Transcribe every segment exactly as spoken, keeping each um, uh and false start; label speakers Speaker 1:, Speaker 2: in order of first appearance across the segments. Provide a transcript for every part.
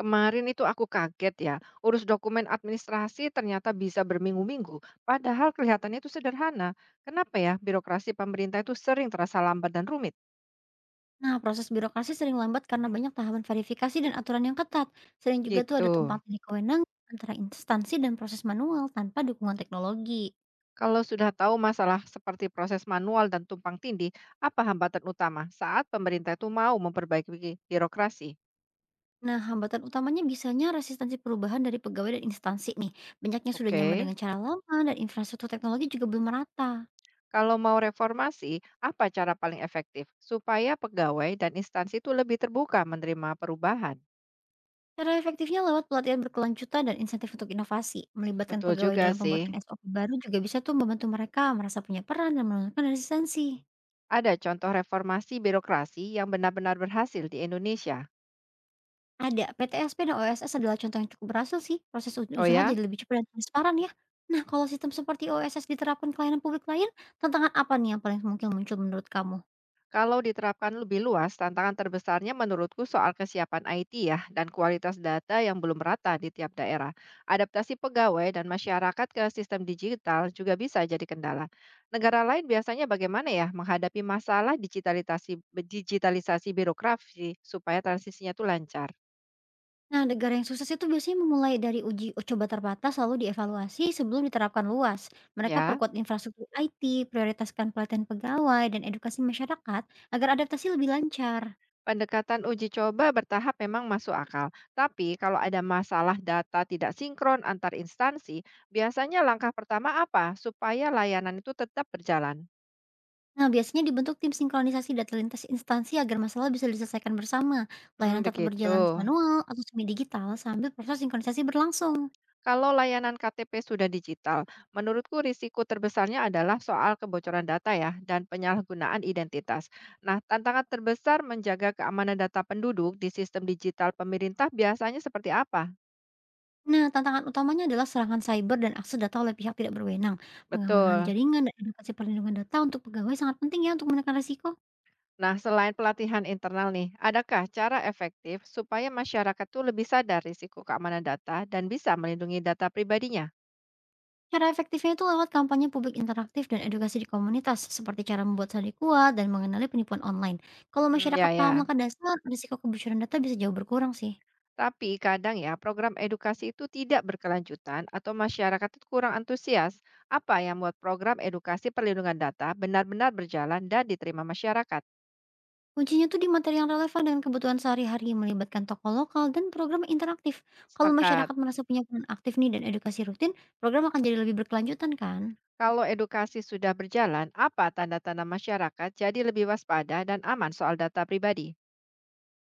Speaker 1: Kemarin itu aku kaget ya, urus dokumen administrasi ternyata bisa berminggu-minggu, padahal kelihatannya itu sederhana. Kenapa ya birokrasi pemerintah itu sering terasa lambat dan rumit?
Speaker 2: Nah, proses birokrasi sering lambat karena banyak tahapan verifikasi dan aturan yang ketat. Sering juga tuh ada
Speaker 1: Gitu.
Speaker 2: tumpang tindih kewenangan antara instansi dan proses manual tanpa dukungan teknologi.
Speaker 1: Kalau sudah tahu masalah seperti proses manual dan tumpang tindih, apa hambatan utama saat pemerintah itu mau memperbaiki birokrasi?
Speaker 2: Nah, hambatan utamanya biasanya resistensi perubahan dari pegawai dan instansi nih. Banyaknya sudah nyaman
Speaker 1: Oke.
Speaker 2: dengan cara lama dan infrastruktur teknologi juga belum merata.
Speaker 1: Kalau mau reformasi, apa cara paling efektif supaya pegawai dan instansi itu lebih terbuka menerima perubahan?
Speaker 2: Cara efektifnya lewat pelatihan berkelanjutan dan insentif untuk inovasi. Melibatkan
Speaker 1: Betul
Speaker 2: pegawai
Speaker 1: juga
Speaker 2: dalam
Speaker 1: sih.
Speaker 2: pembuatan S O P baru juga bisa tuh membantu mereka merasa punya peran dan menurunkan resistensi.
Speaker 1: Ada contoh reformasi birokrasi yang benar-benar berhasil di Indonesia.
Speaker 2: Ada, P T S P dan O S S adalah contoh yang cukup berhasil sih. Proses u
Speaker 1: Oh
Speaker 2: usaha
Speaker 1: ya,
Speaker 2: jadi lebih cepat dan transparan ya. Nah, kalau sistem seperti O S S diterapkan ke layanan publik lain, tantangan apa nih yang paling mungkin muncul menurut kamu?
Speaker 1: kalau diterapkan lebih luas, tantangan terbesarnya menurutku soal kesiapan I T ya dan kualitas data yang belum merata di tiap daerah. Adaptasi pegawai dan masyarakat ke sistem digital juga bisa jadi kendala. Negara lain biasanya bagaimana ya menghadapi masalah digitalisasi digitalisasi birokrasi supaya transisinya itu lancar,
Speaker 2: Nah, negara yang sukses itu biasanya memulai dari uji coba terbatas lalu dievaluasi sebelum diterapkan luas. Mereka
Speaker 1: ya?
Speaker 2: perkuat infrastruktur I T, prioritaskan pelatihan pegawai, dan edukasi masyarakat agar adaptasi lebih lancar.
Speaker 1: Pendekatan uji coba bertahap memang masuk akal, tapi kalau ada masalah data tidak sinkron antar instansi, biasanya langkah pertama apa supaya layanan itu tetap berjalan?
Speaker 2: Nah, biasanya dibentuk tim sinkronisasi data lintas instansi agar masalah bisa diselesaikan bersama.
Speaker 1: Hmm,
Speaker 2: Layanan tetap
Speaker 1: begitu.
Speaker 2: berjalan manual atau semi digital sambil proses sinkronisasi berlangsung.
Speaker 1: Kalau layanan K T P sudah digital, menurutku risiko terbesarnya adalah soal kebocoran data ya dan penyalahgunaan identitas. Nah, tantangan terbesar menjaga keamanan data penduduk di sistem digital pemerintah biasanya seperti apa?
Speaker 2: Nah, tantangan utamanya adalah serangan cyber dan akses data oleh pihak tidak berwenang. Pengamanan
Speaker 1: Betul.
Speaker 2: jaringan dan edukasi perlindungan data untuk pegawai sangat penting ya untuk menekan risiko.
Speaker 1: Nah, selain pelatihan internal nih, adakah cara efektif supaya masyarakat tuh lebih sadar risiko keamanan data dan bisa melindungi data pribadinya?
Speaker 2: Cara efektifnya itu lewat kampanye publik interaktif dan edukasi di komunitas, seperti cara membuat sandi kuat dan mengenali penipuan online. Kalau
Speaker 1: Hmm, ya
Speaker 2: masyarakat paham
Speaker 1: ya.
Speaker 2: langkah dasar, risiko kebocoran data bisa jauh berkurang sih.
Speaker 1: Tapi kadang ya program edukasi itu tidak berkelanjutan atau masyarakat itu kurang antusias. Apa yang membuat program edukasi perlindungan data benar-benar berjalan dan diterima masyarakat?
Speaker 2: Kuncinya tuh di materi yang relevan dengan kebutuhan sehari-hari, melibatkan tokoh lokal, dan program interaktif. Kalau
Speaker 1: Sepakat.
Speaker 2: masyarakat merasa punya peran aktif nih dan edukasi rutin, program akan jadi lebih berkelanjutan kan?
Speaker 1: Kalau edukasi sudah berjalan, apa tanda-tanda masyarakat jadi lebih waspada dan aman soal data pribadi?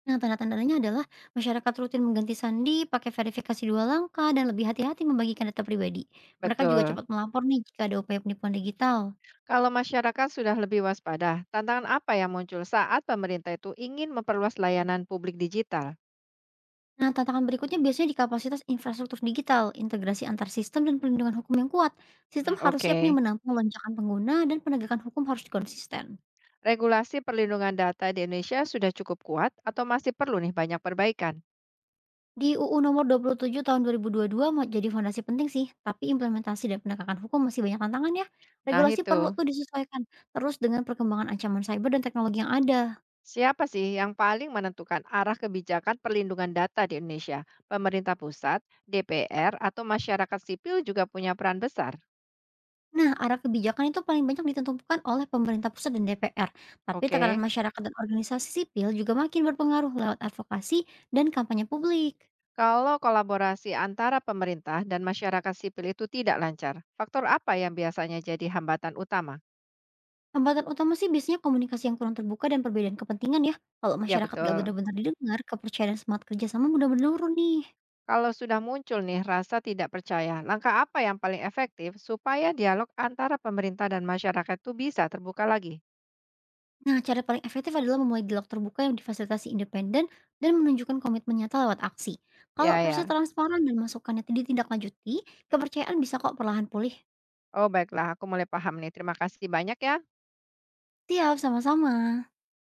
Speaker 2: Nah, tanda-tandanya adalah masyarakat rutin mengganti sandi, pakai verifikasi dua langkah, dan lebih hati-hati membagikan data pribadi. Mereka juga
Speaker 1: Betul.
Speaker 2: cepat melapor nih jika ada upaya penipuan digital.
Speaker 1: Kalau masyarakat sudah lebih waspada, tantangan apa yang muncul saat pemerintah itu ingin memperluas layanan publik digital?
Speaker 2: Nah, tantangan berikutnya biasanya di kapasitas infrastruktur digital, integrasi antar sistem, dan perlindungan hukum yang kuat. Sistem
Speaker 1: Hmm,
Speaker 2: harus siap nih
Speaker 1: oke,
Speaker 2: menampung lonjakan pengguna, dan penegakan hukum harus konsisten.
Speaker 1: regulasi perlindungan data di Indonesia sudah cukup kuat atau masih perlu nih banyak perbaikan?
Speaker 2: Di U U Nomor dua puluh tujuh Tahun dua dua ribu dua puluh dua mau jadi fondasi penting sih, tapi implementasi dan penegakan hukum masih banyak tantangan ya.
Speaker 1: Nah
Speaker 2: Regulasi perlu
Speaker 1: itu,
Speaker 2: tuh disesuaikan, terus dengan perkembangan ancaman cyber dan teknologi yang ada.
Speaker 1: siapa sih yang paling menentukan arah kebijakan perlindungan data di Indonesia? Pemerintah pusat, D P R, atau masyarakat sipil juga punya peran besar?
Speaker 2: Nah, arah kebijakan itu paling banyak ditentukan oleh pemerintah pusat dan D P R. Tapi
Speaker 1: Oke.
Speaker 2: tekanan masyarakat dan organisasi sipil juga makin berpengaruh lewat advokasi dan kampanye publik.
Speaker 1: Kalau kolaborasi antara pemerintah dan masyarakat sipil itu tidak lancar, faktor apa yang biasanya jadi hambatan utama?
Speaker 2: Hambatan utama sih biasanya komunikasi yang kurang terbuka dan perbedaan kepentingan ya. Kalau
Speaker 1: Ya
Speaker 2: masyarakat gak
Speaker 1: betul.
Speaker 2: benar-benar didengar, kepercayaan semangat kerjasama mudah menurun nih.
Speaker 1: Kalau sudah muncul nih rasa tidak percaya, langkah apa yang paling efektif supaya dialog antara pemerintah dan masyarakat itu bisa terbuka lagi?
Speaker 2: Nah, cara paling efektif adalah memulai dialog terbuka yang difasilitasi independen dan menunjukkan komitmen nyata lewat aksi. Kalau
Speaker 1: Ya
Speaker 2: proses
Speaker 1: ya.
Speaker 2: transparan dan masukannya tidak ditindaklanjuti, kepercayaan bisa kok perlahan pulih.
Speaker 1: Oh baiklah, aku mulai paham nih. Terima kasih banyak ya.
Speaker 2: Siap, sama-sama.